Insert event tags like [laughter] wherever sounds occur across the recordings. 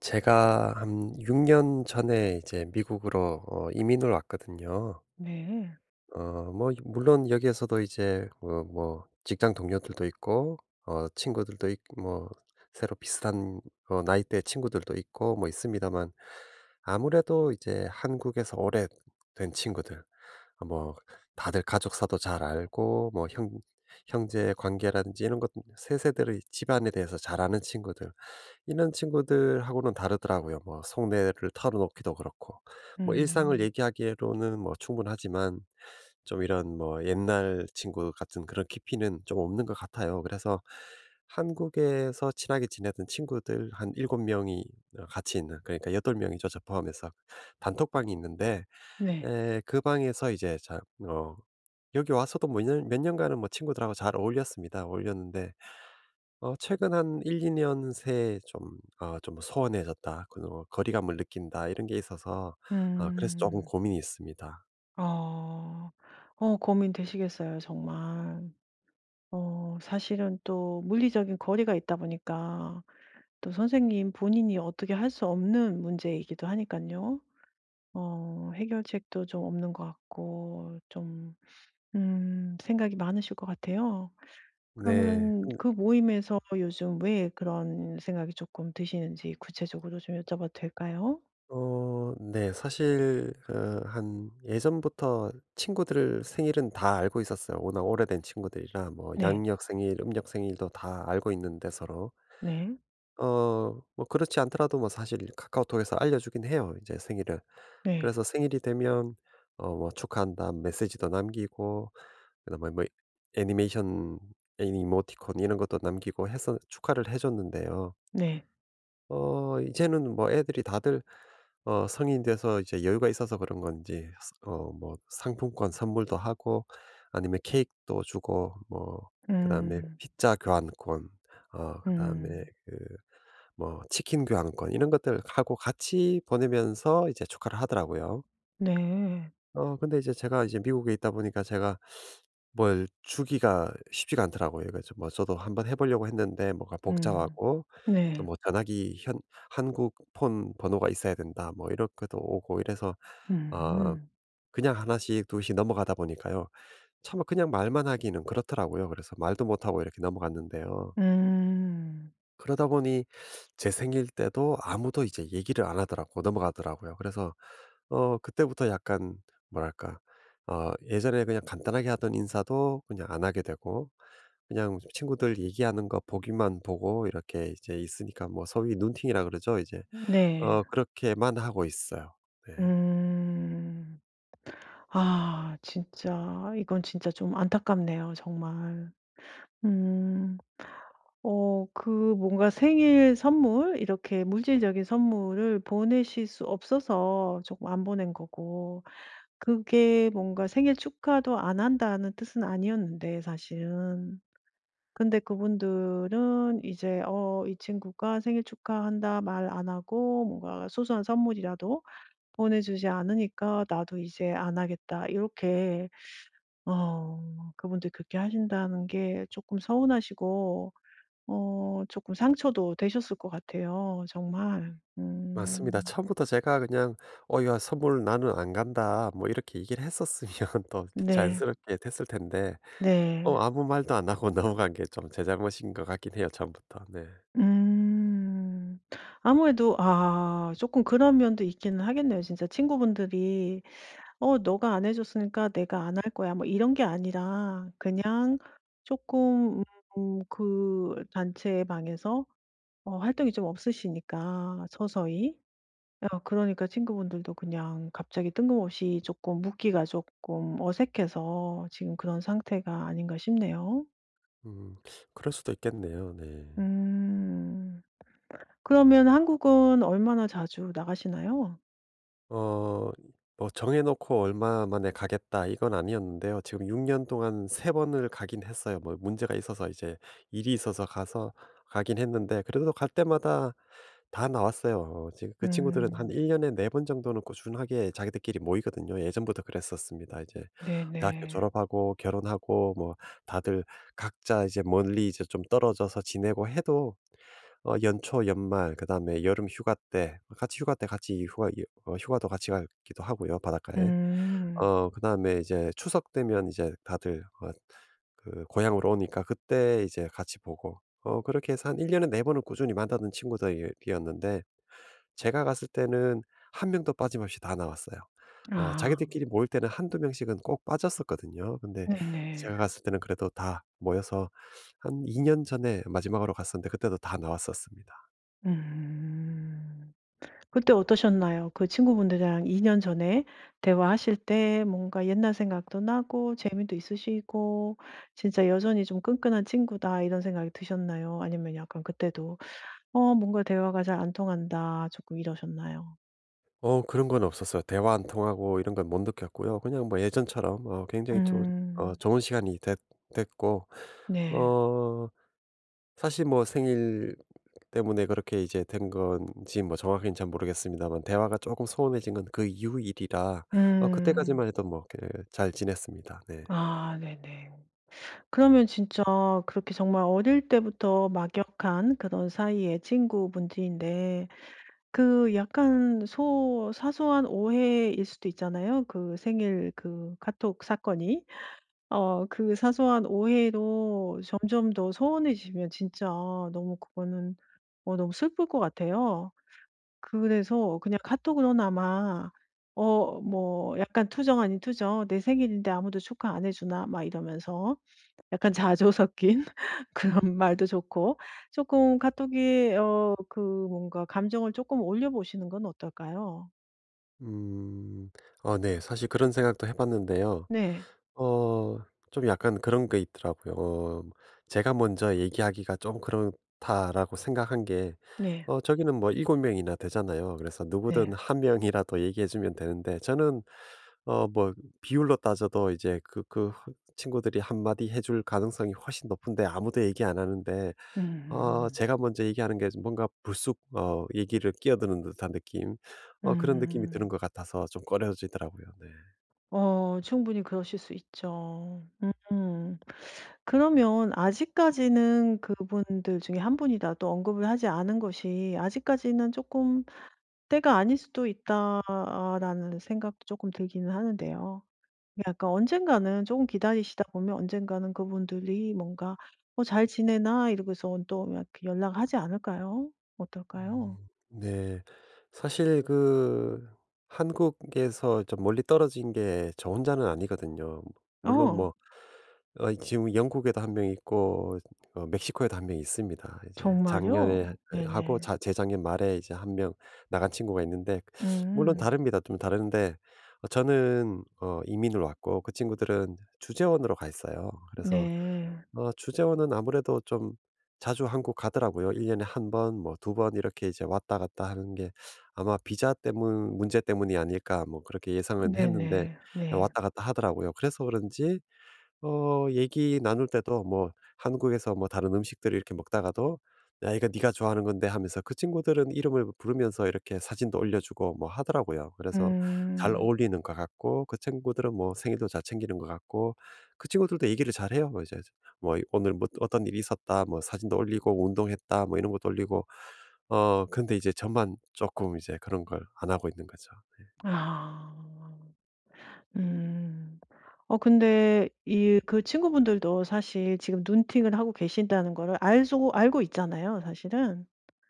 제가 한 6년 전에 이제 미국으로 어 이민을 왔거든요. 네. 어 뭐 물론 여기에서도 이제 어 뭐 직장 동료들도 있고 어 친구들도 있 뭐 새로 비슷한 어 나이대 친구들도 있고 뭐 있습니다만, 아무래도 이제 한국에서 오래된 친구들 어 뭐 다들 가족사도 잘 알고 뭐 형 형제 관계라든지 이런 것 세세들의 집안에 대해서 잘 아는 친구들, 이런 친구들하고는 다르더라고요. 뭐 속내를 털어놓기도 그렇고. 뭐 일상을 음. 얘기하기로는 뭐 충분하지만, 좀 이런 뭐 옛날 친구 같은 그런 깊이는 좀 없는 것 같아요. 그래서 한국에서 친하게 지내던 친구들 한 7명이 어 같이 있는, 그러니까 8 명이죠, 저 포함해서. 단톡방이 있는데 네. 에, 그 방에서 이제 자 어 여기 와서도 뭐 몇 년 몇 년간은 뭐 친구들하고 잘 어울렸습니다. 어울렸는데 어 최근 한 1-2년 새 좀 아 좀 '소원해졌다.' 그리 '거리감을 느낀다.' 이런 게 있어서 아 그래서 조금 음. 고민이 있습니다. 어, 고민되시겠어요 정말. 사실은 또 물리적인 거리가 있다 보니까 또 선생님 본인이 어떻게 할 수 없는 문제이기도 하니깐요. 해결책도 좀 없는 것 같고, 좀 생각이 많으실 것 같아요. 네. 그러면 근- 그 모임에서 요즘 왜 그런 생각이 쪼끔 드시는지 구체적으로 좀 여쭤봐도 될까요? 어 네. 사실 어, 한 예전부터 친구들 생일은 다 알고 있었어요. 워낙 오래된 친구들이라 뭐 네. 양력 생일 음력 생일도 다 알고 있는데 서로. 네. 어 뭐 그렇지 않더라도 뭐 사실 카카오톡에서 알려주긴 해요 이제 생일을. 네. 그래서 생일이 되면 어 뭐 "축하한다." 메시지도 남기고, 그다음에 뭐 애니메이션 애니모티콘 이런 것도 남기고 해서 축하를 해 줬는데요. 네. 어 이제는 뭐 애들이 다들 어 성인이 돼서 이제 여유가 있어서 그런 건지 어 뭐 상품권 선물도 하고, 아니면 케이크도 주고 뭐 그다음에 음. 피자 교환권 어 그다음에 음. 그 뭐 치킨 교환권 이런 것들 하고 같이 보내면서 이제 축하를 하더라고요. 네. 어 근데 이제 제가 이제 미국에 있다 보니까 제가 뭘 주기가 쉽지가 않더라고요. 그래서 뭐 저도 한번 해 보려고 했는데 뭐가 음. 복잡하고, 또 네. 뭐 전화기 현 한국 폰 번호가 있어야 된다 뭐 이렇게도 오고 이래서 어 음. 그냥 하나씩 둘씩 넘어가다 보니까요. 참 그냥 말만 하기는 그렇더라고요. 그래서 말도 못하고 이렇게 넘어갔는데요. 음. 그러다 보니 제 생일 때도 아무도 이제 얘기를 안 하더라고 넘어가더라고요. 그래서 어 그때부터 약간 뭐랄까 어 예전에 그냥 간단하게 하던 인사도 그냥 안 하게 되고, 그냥 친구들 얘기하는 거 보기만 보고 이렇게 이제 있으니까 뭐 소위 눈팅이라 그러죠. 이제 네. 어 그렇게만 하고 있어요. 네. 음. 아, 진짜 이건 진짜 좀 안타깝네요, 정말. 음. 어 그 뭔가 생일 선물 이렇게 물질적인 선물을 보내실 수 없어서 조금 안 보낸 거고, 그게 뭔가 생일 축하도 안 한다는 뜻은 아니었는데 사실은. 근데 그분들은 이제 이 친구가 "생일 축하한다." 말 안 하고 뭔가 소소한 선물이라도 보내주지 않으니까 '나도 이제 안 하겠다.' 이렇게 그분들이 그렇게 하신다는 게 조금 서운하시고, 조금 상처도 되셨을 것 같아요, 정말. 맞습니다. 음. 처음부터 제가 그냥 "어 야 선물 나는 안 간다." 뭐 이렇게 얘기를 했었으면 [laughs] 또 네. 자연스럽게 됐을 텐데 네. 어 아무 말도 안 하고 [laughs] 넘어간 게 좀 제 잘못인 것 같긴 해요 처음부터. 네. 음. 아무래도 아 조금 그런 면도 있기는 하겠네요. 진짜 친구분들이 '어 너가 안 해 줬으니까 내가 안 할 거야.' 뭐 이런 게 아니라 그냥 조금 그 단체 방에서 활동이 좀 없으시니까 서서히. 어 그러니까 친구분들도 그냥 갑자기 뜬금없이 조금 묻기가 조금 어색해서 지금 그런 상태가 아닌가 싶네요. 음 그럴 수도 있겠네요. 네. 음. 그러면 한국은 얼마나 자주 나가시나요? 어 뭐 정해 놓고 얼마 만에 가겠다 이건 아니었는데요. 지금 6년 동안 3 번을 가긴 했어요. 뭐 문제가 있어서 이제 일이 있어서 가서 가긴 했는데, 그래도 갈 때마다 다 나왔어요. 어, 지금 그 친구들은 한 음. 1 년에 4번 정도는 꾸준하게 자기들끼리 모이거든요. 예전부터 그랬었습니다. 이제 대학교 네네. 졸업하고 결혼하고 뭐 다들 각자 이제 멀리 이제 좀 떨어져서 지내고 해도 어 연초, 연말 그다음에 여름 휴가 때 같이 휴가도 같이 가기도 하고요, 바닷가에. 음. 어 그다음에 이제 추석 되면 이제 다들 어 그 고향으로 오니까 그때 이제 같이 보고 어, 그렇게 해서 한 1 년에 4 번은 꾸준히 만나던 친구들이 었는데 제가 갔을 때는 한 명도 빠짐없이 다 나왔어요. 어 아. 자기들끼리 모일 때는 한두 명씩은 꼭 빠졌었거든요. 근데 네네. 제가 갔을 때는 그래도 다 모여서, 한 2년 전에 마지막으로 갔었는데 그때도 다 나왔었습니다. 음. 그때 어떠셨나요? 그 친구분들이랑 2년 전에 대화하실 때 뭔가 옛날 생각도 나고 재미도 있으시고 '진짜 여전히 좀 끈끈한 친구다.' 이런 생각이 드셨나요? 아니면 약간 그때도 '어 뭔가 대화가 잘 안 통한다.' 조금 이러셨나요? 어 그런 건 없었어요. 대화 안 통하고 이런 건 못 느꼈고요. 그냥 뭐 예전처럼 어 굉장히 좋은 어 음. 좋은 시간이 됐 됐고 네. 어 사실 뭐 생일 때문에 그렇게 이제 된 건지 뭐 정확히는 잘 모르겠습니다만, 대화가 조금 소원해진 건 그 이후 일이라 어 음. 그때까지만 해도 뭐 잘 지냈습니다. 네. 아 네네. 그러면 진짜 그렇게 정말 어릴 때부터 막역한 그런 사이의 친구분들인데, 그 약간 소 사소한 오해일 수도 있잖아요. 그 생일, 그 카톡 사건이. 그 사소한 오해로 점점 더 소원해지면 진짜 너무 그거는 너무 슬플 것 같아요. 그래서 그냥 카톡으로나마 약간 투정 아닌 투정 "내 생일인데 아무도 축하 안 해 주나?" 막 이러면서 약간 [laughs] 자조 섞인 그런 말도 좋고, 조금 카톡이 뭔가 감정을 조금 올려 보시는 건 어떨까요? 음. 어 네. 사실 그런 생각도 해 봤는데요. 네. 어 좀 약간 그런 게 있더라고요. 어 뭐 제가 먼저 얘기하기가 좀 그렇다라고 생각한 게 네. 어 저기는 뭐 7 명이나 되잖아요. 그래서 누구든 네. 한 명이라도 얘기해 주면 되는데 저는 어 뭐 비율로 따져도 이제 그 친구들이 한마디 해줄 가능성이 훨씬 높은데, 아무도 얘기 안 하는데 어 음음음. 제가 먼저 얘기하는 게 뭔가 불쑥 어 얘기를 끼어드는 듯한 느낌, 음. 음. 어 그런 느낌이 드는 것 같아서 좀 꺼려지더라고요. 네. 충분히 그러실 수 있죠. 음. 그러면 아직까지는 그분들 중에 한 분이라도 언급을 하지 않은 것이 '아직까지는 쪼끔 때가 아닐 수도 있다.'라는 생각도 쪼끔 들기는 하는데요. 약간 언젠가는 조금 기다리시다 보면 언젠가는 그분들이 뭔가 "어 잘 지내나?" 이러고서 또 이렇게 연락하지 않을까요? 어떨까요? 음. 네. 사실 그 한국에서 좀 멀리 떨어진 게 저 혼자는 아니거든요. 물론 어. 뭐 어 지금 영국에도 한 명 있고, 어 멕시코에도 한 명 있습니다. 이제 작년에 어, 정말요? 하고 네네. 자 재작년 말에 이제 한 명 나간 친구가 있는데, 물론 음. 다릅니다. 좀 다른데 어 저는 어 이민을 왔고, 그 친구들은 주재원으로 가 있어요. 그래서 네. 어 주재원은 아무래도 좀 자주 한국 가더라고요. 일 년에 한번 뭐 두번 이렇게 이제 왔다 갔다 하는 게 아마 비자 때문 문제 때문이 아닐까 뭐 그렇게 예상은 했는데 네네. 네. 왔다 갔다 하더라고요. 그래서 그런지 어 얘기 나눌 때도 뭐 한국에서 뭐 다른 음식들을 이렇게 먹다가도 "야 이거 네가 좋아하는 건데." 하면서 그 친구들은 이름을 부르면서 이렇게 사진도 올려주고 뭐 하더라고요. 그래서 잘 음. 어울리는 것 같고, 그 친구들은 뭐 생일도 잘 챙기는 것 같고, 그 친구들도 얘기를 잘해요. 뭐 이제 뭐 이- "오늘 뭐 어떤 일이 있었다." 뭐 사진도 올리고 "운동했다." 뭐 이런 것도 올리고. 어 근데 이제 저만 조금 이제 그런 걸 안 하고 있는 거죠. 아. 음. 근데 이 그 친구분들도 사실 지금 눈팅을 하고 계신다는 거를 알소 알고 있잖아요 사실은.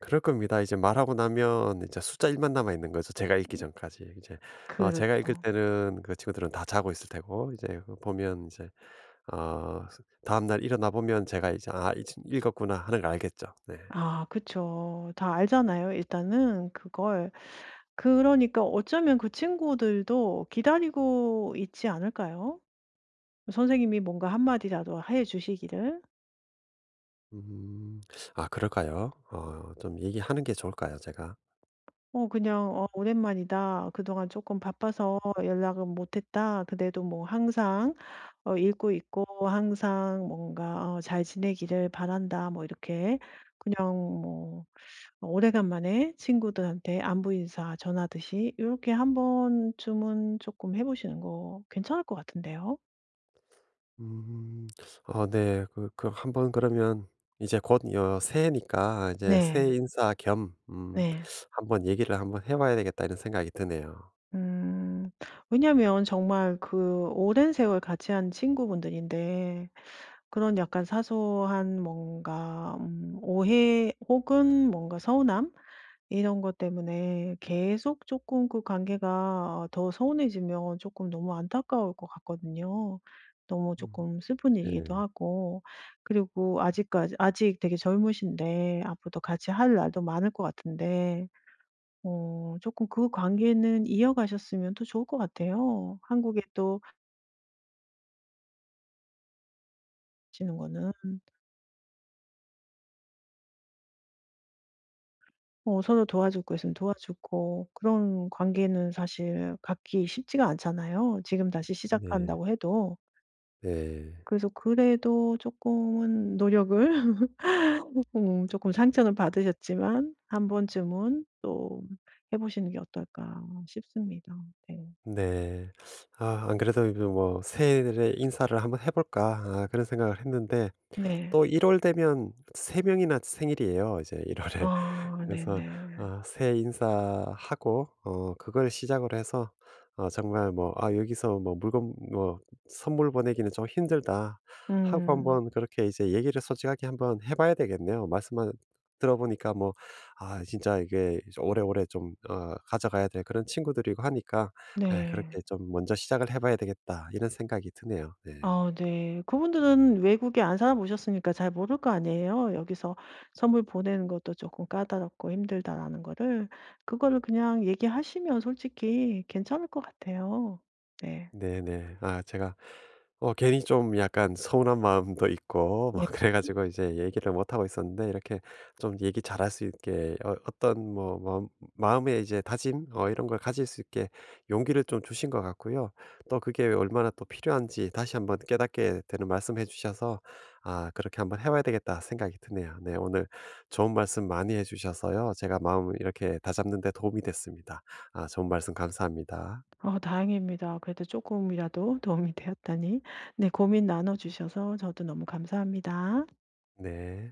그럴 겁니다. 이제 말하고 나면 이제 숫자 1만 남아 있는 거죠, 제가 읽기 전까지. 이제 어 제가 읽을 그렇죠. 때는 그 친구들은 다 자고 있을 테고, 이제 그 보면 이제 어 스 다음날 일어나 보면 제가 이제 '아 이 친 읽었구나.' 하는 걸 알겠죠. 네. 아 그쵸. 다 알잖아요 일단은 그걸. 그러니까 어쩌면 그 친구들도 기다리고 있지 않을까요? 선생님이 뭔가 한마디라도 해 주시기를. 음. 아 그럴까요? 어 좀 얘기하는 게 좋을까요, 제가? 그냥 "어 오랜만이다. 그동안 조금 바빠서 연락은 못 했다. 그래도 뭐 항상 읽고 있고 항상 뭔가 잘 지내기를 바란다." 뭐 이렇게 그냥 뭐 오래간만에 친구들한테 안부 인사 전하듯이 이렇게 한 번쯤은 조금 해 보시는 거 괜찮을 것 같은데요. 음. 어 네. 그 한번 그러면 이제 곧 여 새해니까 이제 네. 새해 인사 겸 네. '한번 얘기를 한번 해 봐야 되겠다.' 이런 생각이 드네요. 음. 왜냐면 정말 그 오랜 세월 같이 한 친구분들인데 그런 약간 사소한 뭔가 오해 혹은 뭔가 서운함, 이런 것 때문에 계속 조금 그 관계가 더 서운해지면 조금 너무 안타까울 것 같거든요. 너무 음. 조금 슬픈 일이기도 네. 하고. 그리고 아직까지 아직 되게 젊으신데 앞으로도 같이 할 날도 많을 것 같은데 어금그 관계는 이어가셨으면 또 좋을 것 같아요. 한국에 또 오시는 거는 서로 도와줄 거 있으면 도와주고, 그런 관계는 사실 갖기 쉽지가 않잖아요, 지금 다시 네. 시작한다고 해도. 네. 그래서 그래도 조금은 노력을 [laughs] 금 상처는 받으셨지만 한 번쯤은 또 해 보시는 게 어떨까 싶습니다. 네. 네. 아 안 그래도 이제 뭐 '새해에 인사를 한번 해 볼까.' 아 그런 생각을 했는데, 네. 또 1월 되면 3 명이나 생일이에요. 이제 1 월에. 아 그래서 네네. 어 새해 인사하고 어 그걸 시작으로 해서 어 정말 뭐 '아 여기서 뭐 물건 뭐 선물 보내기는 좀 힘들다.' 하고 음. 한번 그렇게 이제 얘기를 솔직하게 한번 해 봐야 되겠네요. 말씀만 들어 보니까 뭐 아 진짜 이게 오래오래 좀 어 가져가야 될 그런 친구들이고 하니까 에, 네. '그렇게 좀 먼저 시작을 해 봐야 되겠다.' 이런 생각이 드네요. 네. 아 네. 그분들은 외국에 안 살아 보셨으니까 잘 모를 거 아니에요. 여기서 선물 보내는 것도 조금 까다롭고 힘들다라는 거를. 그거를 그냥 얘기하시면 솔직히 괜찮을 것 같아요. 네. 네네. 아 제가 어 괜히 좀 약간 서운한 마음도 있고 뭐 네. [laughs] 그래 가지고 이제 얘기를 못 하고 있었는데, 이렇게 좀 얘기 잘할 수 있게 어 어떤 뭐 마음의 이제 다짐 어 이런 걸 가질 수 있게 용기를 좀 주신 것 같고요. 또 그게 얼마나 또 필요한지 다시 한번 깨닫게 되는 말씀해 주셔서 '아 그렇게 한번 해 봐야 되겠다.' 생각이 드네요. 네 오늘 좋은 말씀 많이 해 주셔서요. 제가 마음을 이렇게 다잡는 데 도움이 됐습니다. 아 좋은 말씀 감사합니다. 어, 다행입니다. 그래도 조금이라도 도움이 되었다니. 네 고민 나눠 주셔서 저도 너무 감사합니다. 네.